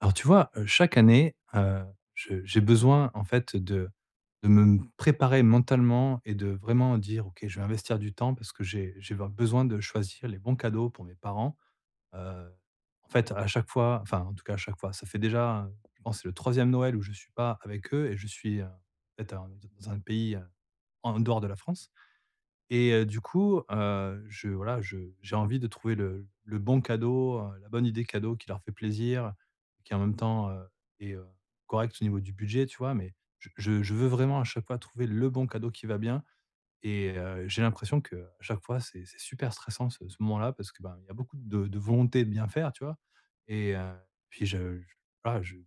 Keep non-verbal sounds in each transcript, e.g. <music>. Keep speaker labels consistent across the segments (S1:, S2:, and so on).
S1: Alors tu vois, chaque année, je j'ai besoin en fait de me préparer mentalement et de vraiment dire: «OK, je vais investir du temps» parce que j'ai besoin de choisir les bons cadeaux pour mes parents. Heu, En fait, à chaque fois, enfin en tout cas à chaque fois, ça fait déjà, je pense que c'est le troisième Noël où je ne suis pas avec eux, et je suis, peut-être un dans un pays, en dehors de la France. Et du coup, je voilà, je j'ai envie de trouver le bon cadeau, la bonne idée cadeau qui leur fait plaisir, qui en même temps, est, correcte au niveau du budget, tu vois? Mais je veux vraiment à chaque fois trouver le bon cadeau qui va bien. Et j'ai l'impression qu'à chaque fois, c'est super stressant ce moment-là, parce que, ben, il y a beaucoup de volonté de bien faire, tu vois? Et puis je voilà, je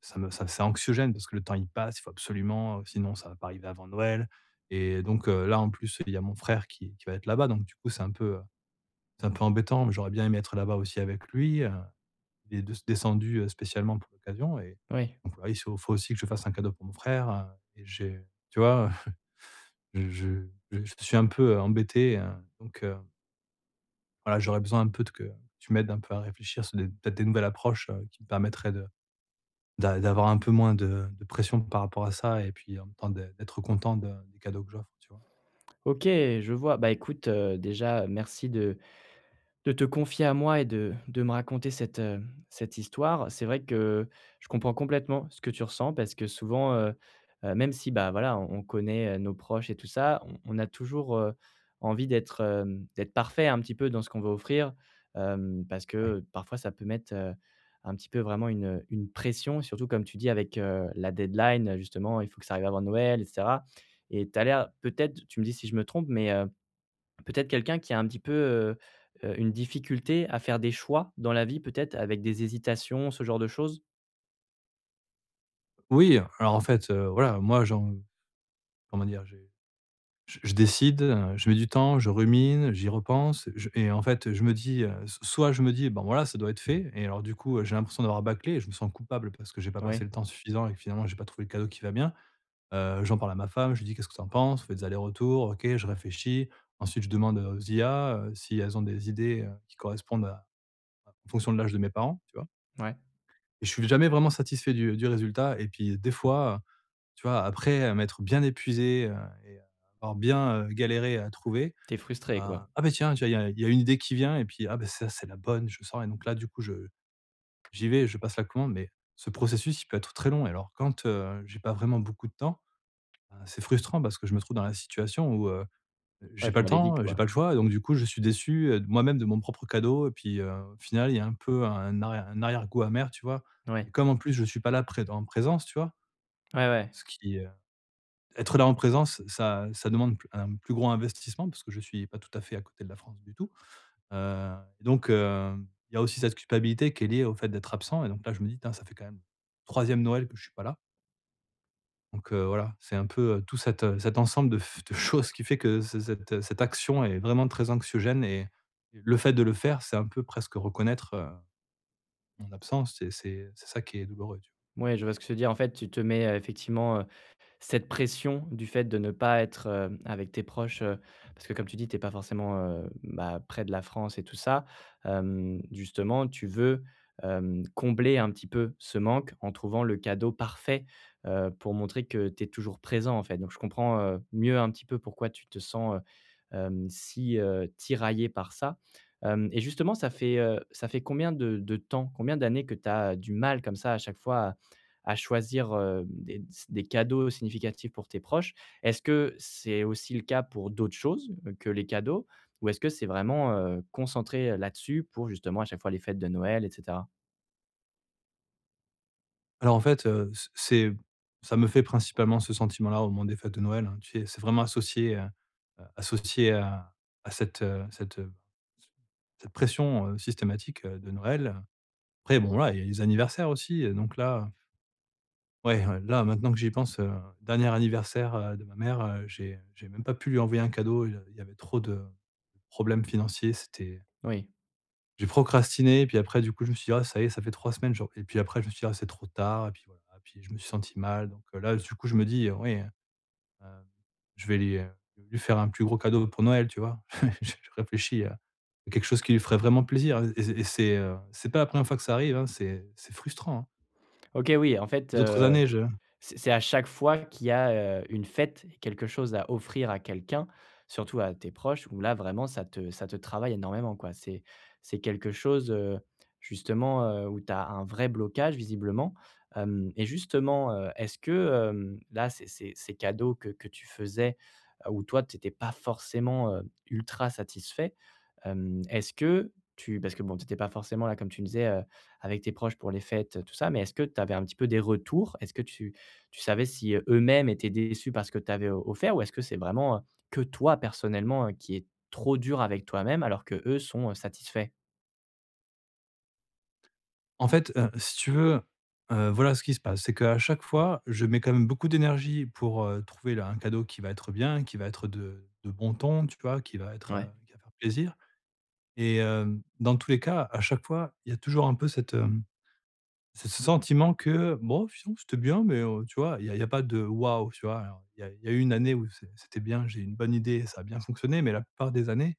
S1: ça me ça c'est anxiogène parce que le temps il passe, il faut absolument, sinon ça va pas arriver avant Noël. Et donc là, en plus, il y a mon frère qui va être là-bas, donc du coup, c'est un peu embêtant, mais j'aurais bien aimé être là-bas aussi avec lui. Il est descendu, spécialement pour l'occasion, et
S2: Oui.
S1: donc voilà, il se faut aussi que je fasse un cadeau pour mon frère. Et j'ai tu vois? Je je je suis un peu, embêté, donc, voilà, j'aurais besoin un peu de que tu m'aides un peu à réfléchir sur des peut-être des nouvelles approches, qui me permettraient de d'avoir un peu moins de pression par rapport à ça, et puis en même temps d'être content de des cadeaux que j'offre, tu vois?
S2: OK, je vois. Bah, écoute, déjà, merci de te confier à moi et de me raconter cette cette histoire. C'est vrai que je comprends complètement ce que tu ressens parce que souvent, même si, bah, voilà, on connaît, nos proches et tout ça, on a toujours, envie d'être d'être parfait un petit peu dans ce qu'on veut offrir, parce
S1: Oui.
S2: que parfois ça peut mettre, un petit peu vraiment une pression, surtout comme tu dis avec, la deadline, justement, il faut que ça arrive avant Noël et cetera. Et tu as l'air peut-être, tu me dis si je me trompe, mais peut-être quelqu'un qui a un petit peu, une difficulté à faire des choix dans la vie, peut-être avec des hésitations, ce genre de choses?
S1: Oui, alors en fait, voilà, moi j'en comment dire? J'ai je décide, je mets du temps, je rumine, j'y repense, je et en fait, je me dis, s soit je me dis: «Bon voilà, ça doit être fait», et alors du coup, j'ai l'impression d'avoir bâclé et je me sens coupable parce que j'ai pas passé
S2: Oui,
S1: le temps suffisant et que finalement j'ai pas trouvé le cadeau qui va bien. J'en parle à ma femme, je lui dis: «Qu'est-ce que tu en penses?» On fait des allers-retours, OK, je réfléchis. Ensuite, je demande, aux IA, si elles ont des idées, qui correspondent à en fonction de l'âge de mes parents, tu vois?
S2: ouais.
S1: Et je suis jamais vraiment satisfait du résultat. Et puis des fois, tu vois, après, m'être bien épuisé, et euh, avoir bien, galéré à trouver,
S2: T'es
S1: heu,
S2: frustré, quoi?
S1: ah ben tiens, tu vois, il y a une idée qui vient, et puis, ah ben ça, c'est la bonne, je sors. Et donc là, du coup, je j'y vais, je passe la commande. Mais ce processus, il peut être très long, et alors quand, j'ai pas vraiment beaucoup de temps, bah, c'est frustrant parce que je me trouve dans la situation où,
S2: Ouais,
S1: j'ai pas
S2: faut
S1: le
S2: aller vite,
S1: temps, j'ai
S2: quoi.
S1: pas le choix, et donc du coup, je suis déçu, moi-même, de mon propre cadeau. Et puis, au final, il y a un peu un arrière-goût amer, tu vois?
S2: Ouais.
S1: Et comme en plus, je suis pas là pré en présence, tu vois?
S2: Ouais, ouais.
S1: Ce qui, heu Être là en présence, ça demande pl un plus gros investissement parce que je suis pas tout à fait à côté de la France du tout. heu, il y a aussi cette culpabilité qui est liée au fait d'être absent. Et donc là, je me dis: «Tain, ça fait quand même troisième Noël que je suis pas là». Voilà, c'est un peu, tout cet, cet ensemble de choses qui fait que ce cette, cette action est vraiment très anxiogène, et le fait de le faire, c'est un peu presque reconnaître, mon absence, et c'est ça qui est douloureux, tu vois?
S2: Ouais, je vois ce que tu veux dire. En fait, tu te mets, effectivement, cette pression du fait de ne pas être, avec tes proches, parce que comme tu dis, tu es pas forcément, bah, près de la France et tout ça. Hem, justement, tu veux, combler un petit peu ce manque en trouvant le cadeau parfait, pour montrer que tu es toujours présent, en fait. Donc je comprends, mieux un petit peu pourquoi tu te sens, si, tiraillé par ça. Hem et justement, ça fait combien de temps, combien d'années que tu as du mal comme ça à chaque fois à choisir, des cadeaux significatifs pour tes proches. Est-ce que c'est aussi le cas pour d'autres choses que les cadeaux? Ou est-ce que c'est vraiment, concentré là-dessus pour justement à chaque fois les fêtes de Noël et cetera?
S1: Alors en fait, c c'est ça me fait principalement ce sentiment-là au moment des fêtes de Noël, hein, tu sais? C'est vraiment associé, associé à cette pression, systématique, de Noël. Après bon là, il y a les anniversaires aussi, donc là. Ouais, ouais, là, maintenant que j'y pense, dernier anniversaire, de ma mère, j'ai même pas pu lui envoyer un cadeau, il y avait trop de problèmes financiers. C'était
S2: Oui.
S1: J'ai procrastiné, puis après du coup, je me suis dit: «Ah ça y est, ça fait 3 semaines», genre, et puis après je me suis dit: «Ah c'est trop tard», et puis voilà, puis je me suis senti mal. Donc là, du coup, je me dis: Oui, heu, je vais lui, lui faire un plus gros cadeau pour Noël», tu vois? <laughs> Je réfléchis à quelque chose qui lui ferait vraiment plaisir. Et c'est pas la première fois que ça arrive, hein, c'est frustrant, hein.
S2: OK, oui, en fait,
S1: Les autres années je
S2: c'est à chaque fois qu'il y a, une fête et quelque chose à offrir à quelqu'un, surtout à tes proches, où là vraiment ça te travaille énormément quoi. C'est quelque chose, justement, où tu as un vrai blocage visiblement, hem et justement, est-ce que, là ces cadeaux que tu faisais, où toi tu étais pas forcément, ultra satisfait, est-ce que tu parce que bon, tu étais pas forcément là comme tu me disais, avec tes proches pour les fêtes, tout ça, mais est-ce que tu avais un petit peu des retours? Est-ce que tu savais si, eux-mêmes étaient déçus parce que tu avais o offert ou est-ce que c'est vraiment, que toi personnellement, qui est trop dur avec toi-même alors que eux sont, satisfaits?
S1: En fait, si tu veux, voilà ce qui se passe, c'est qu'à chaque fois, je mets quand même beaucoup d'énergie pour, trouver là un cadeau qui va être bien, qui va être de bon ton, tu vois? Qui va être,
S2: Ouais.
S1: qui va faire plaisir. Et dans tous les cas, à chaque fois, il y a toujours un peu ce sentiment que: «Bon, finalement, c'était bien», mais tu vois? Il y a pas de «waouh», tu vois? Alors il y a eu une année où c'était bien, j'ai eu une bonne idée, ça a bien fonctionné, mais la plupart des années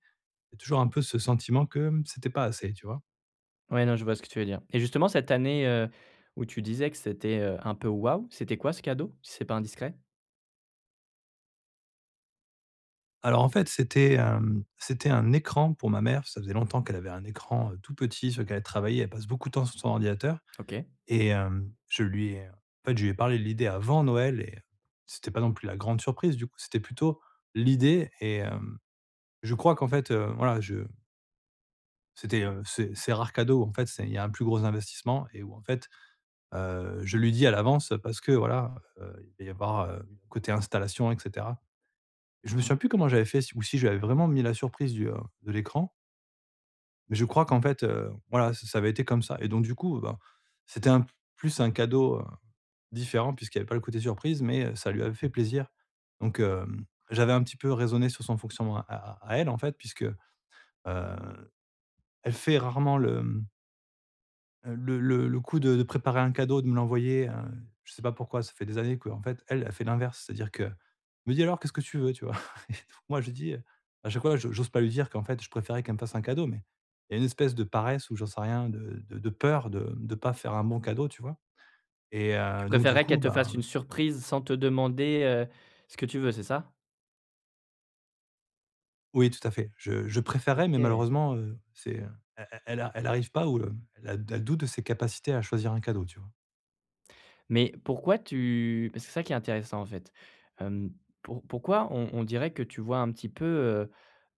S1: il y a toujours un peu ce sentiment que, mmh, c'était pas assez, tu vois?
S2: Ouais, non, je vois ce que tu veux dire. Et justement cette année, où tu disais que c'était, un peu «waouh», c'était quoi ce cadeau, si c'est pas indiscret?
S1: Alors, en fait, c'était un écran pour ma mère. Ça faisait longtemps qu'elle avait un écran, tout petit, sur lequel elle travaillait. Elle passe beaucoup de temps sur son ordinateur.
S2: OK.
S1: Et je lui ai parlé de l'idée avant Noël. Et c'était pas non plus la grande surprise, du coup, c'était plutôt l'idée. Et je crois qu'en fait, voilà, je c'était, c'est rare cadeau, en fait, c'est il y a un plus gros investissement, et où en fait, je lui dis à l'avance parce que voilà, il va y avoir, côté installation, et cetera. Je me souviens plus comment j'avais fait, si j'avais vraiment mis la surprise de l'écran, mais je crois qu'en fait, voilà, ç ça avait été comme ça. Et donc du coup, ben, c'était un cadeau, différent, puisqu'il y avait pas le côté surprise, mais, ça lui avait fait plaisir. Donc, j'avais un petit peu raisonné sur son fonctionnement à elle, en fait, puisque, heu, elle fait rarement le... le coup de préparer un cadeau, de me l'envoyer. Je sais pas pourquoi, ça fait des années que en fait, elle, a fait l'inverse. C'est-à-dire que me dit: «Alors qu'est-ce que tu veux?», tu vois? <laughs> Et donc moi je dis, à chaque fois, je j'ose pas lui dire qu'en fait, je préférais qu'elle me fasse un cadeau, mais il y a une espèce de paresse, ou j'en sais rien, de peur de pas faire un bon cadeau, tu vois? Et
S2: Tu
S1: donc du
S2: préférerais qu'elle
S1: coup,
S2: te
S1: ben
S2: fasse une surprise sans te demander, ce que tu veux, c'est ça?
S1: oui, tout à fait. Je préférais, mais
S2: OK.
S1: malheureusement, c'est, elle arrive pas, ou, elle doute de ses capacités à choisir un cadeau, tu vois?
S2: Mais pourquoi tu parce que c'est ça qui est intéressant en fait, hem, pour pourquoi on dirait que tu vois un petit peu,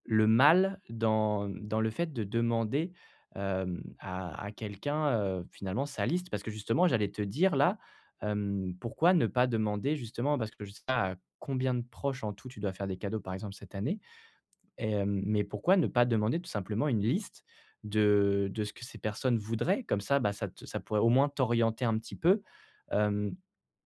S2: le mal dans le fait de demander, à quelqu'un, finalement sa liste parce que justement j'allais te dire là, hem, pourquoi ne pas demander justement parce que je sais pas à combien de proches en tout tu dois faire des cadeaux par exemple cette année et hem, mais pourquoi ne pas demander tout simplement une liste de ce que ces personnes voudraient? Comme ça, bah, ça te ça pourrait au moins t'orienter un petit peu, hem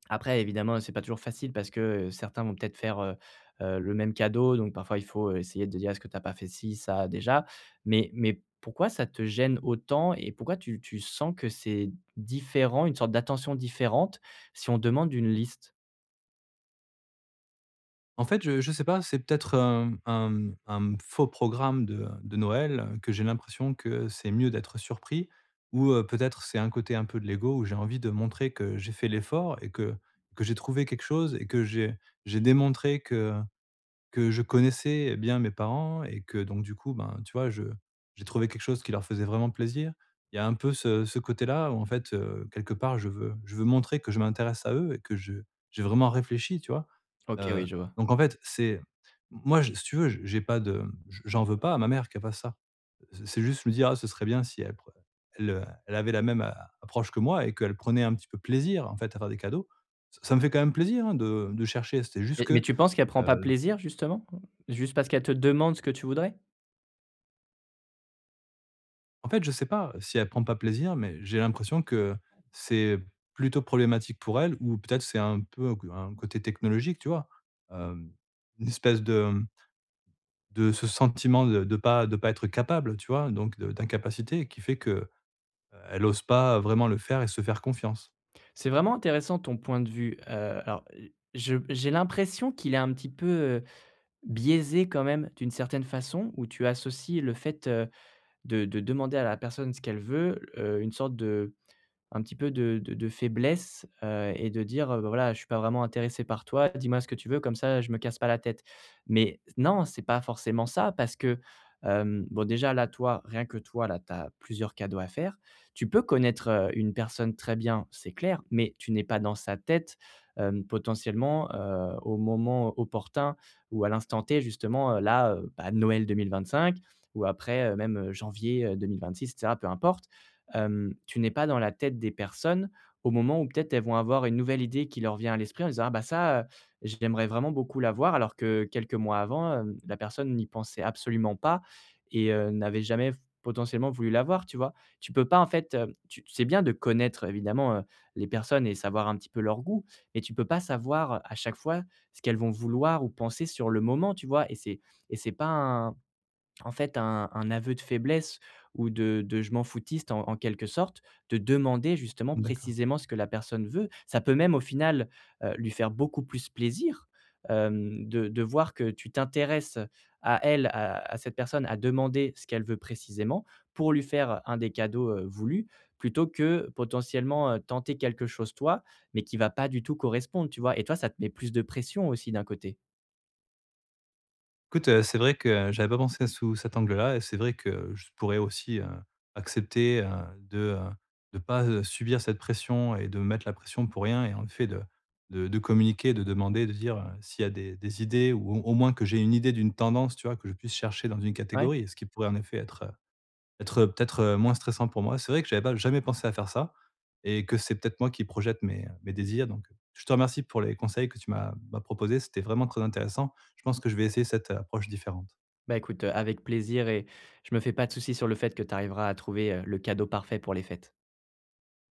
S2: après évidemment, c'est pas toujours facile parce que, certains vont peut-être faire, le même cadeau donc parfois il faut, essayer de dire: «Est-ce que tu as pas fait ci, ça déjà?» Mais pourquoi ça te gêne autant et pourquoi tu sens que c'est différent, une sorte d'attention différente si on demande une liste?
S1: En fait, je sais pas, c'est peut-être, un faux programme de Noël, que j'ai l'impression que c'est mieux d'être surpris, ou, peut-être c'est un côté un peu de l'ego où j'ai envie de montrer que j'ai fait l'effort et que j'ai trouvé quelque chose, et que j'ai démontré que je connaissais bien mes parents, et que donc du coup, ben, tu vois, je j'ai trouvé quelque chose qui leur faisait vraiment plaisir. Il y a un peu ce ce côté-là où en fait, quelque part je veux montrer que je m'intéresse à eux, et que je j'ai vraiment réfléchi, tu vois?
S2: OK,
S1: Heu,
S2: oui, je vois.
S1: donc en fait, c'est... moi, je si tu veux, j'en veux pas à ma mère qu'elle fasse ça. C'est juste me dire: «Ah, ce serait bien si elle avait la même a approche que moi, et qu'elle prenait un petit peu plaisir en fait à faire des cadeaux». Ç Ça me fait quand même plaisir, hein, de chercher, c'était juste
S2: Mais
S1: que...
S2: tu penses qu'elle prend pas plaisir justement? Juste parce qu'elle te demande ce que tu voudrais?
S1: En fait, je sais pas si elle prend pas plaisir, mais j'ai l'impression que c'est plutôt problématique pour elle, ou peut-être c'est un peu un côté technologique, tu vois? Hem, une espèce de ce sentiment de pas être capable, tu vois? Donc de d'incapacité qui fait que, elle ose pas vraiment le faire et se faire confiance.
S2: C'est vraiment intéressant ton point de vue, alors, je j'ai l'impression qu'il est un petit peu, biaisé quand même d'une certaine façon, où tu associes le fait, de demander à la personne ce qu'elle veut, une sorte de un petit peu de faiblesse, et de dire, «Bah, voilà, je suis pas vraiment intéressé par toi, dis-moi ce que tu veux, comme ça je me casse pas la tête». Mais non, c'est pas forcément ça parce que, hem, bon déjà là, toi, rien que toi, là, tu as plusieurs cadeaux à faire. Tu peux connaître, une personne très bien, c'est clair, mais tu n'es pas dans sa tête, potentiellement, au moment opportun ou à l'instant T justement, là, bah, Noël 2025 ou après, même, janvier, 2026 et cetera, peu importe hem, tu n'es pas dans la tête des personnes au moment où peut-être elles vont avoir une nouvelle idée qui leur vient à l'esprit en disant: «Ah bah ça, j'aimerais vraiment beaucoup l'avoir», alors que quelques mois avant, hem, la personne n'y pensait absolument pas et n'avait jamais potentiellement voulu l'avoir, tu vois? Tu peux pas en fait, tu c'est bien de connaître évidemment, les personnes et savoir un petit peu leur goût, mais tu peux pas savoir à chaque fois ce qu'elles vont vouloir ou penser sur le moment, tu vois? Et c'est pas un en fait, un aveu de faiblesse ou de je m'en foutiste en en quelque sorte, de demander justement
S1: D'accord.
S2: précisément ce que la personne veut. Ça peut même au final, lui faire beaucoup plus plaisir, de voir que tu t'intéresses à elle, à cette personne, à demander ce qu'elle veut précisément pour lui faire un des cadeaux, voulus, plutôt que potentiellement, tenter quelque chose toi, mais qui va pas du tout correspondre, tu vois? Et toi, ça te met plus de pression aussi d'un côté.
S1: Écoute, c'est vrai que j'avais pas pensé sous cet angle-là, et c'est vrai que je pourrais aussi, accepter, de, heu, de pas, subir cette pression, et de me mettre la pression pour rien, et en effet de de communiquer, de demander, de dire, s'il y a des idées, ou au moins que j'ai une idée d'une tendance, tu vois? Que je puisse chercher dans une
S2: Ouais.
S1: catégorie, ce qui pourrait en effet être, être, peut-être, moins stressant pour moi. C'est vrai que j'avais pas jamais pensé à faire ça, et que c'est peut-être moi qui projette mes désirs. Donc je te remercie pour les conseils que tu m'as proposés, c'était vraiment très intéressant. Je pense que je vais essayer cette, approche différente.
S2: Bah, écoute, avec plaisir et je me fais pas de soucis sur le fait que tu arriveras à trouver, le cadeau parfait pour les fêtes.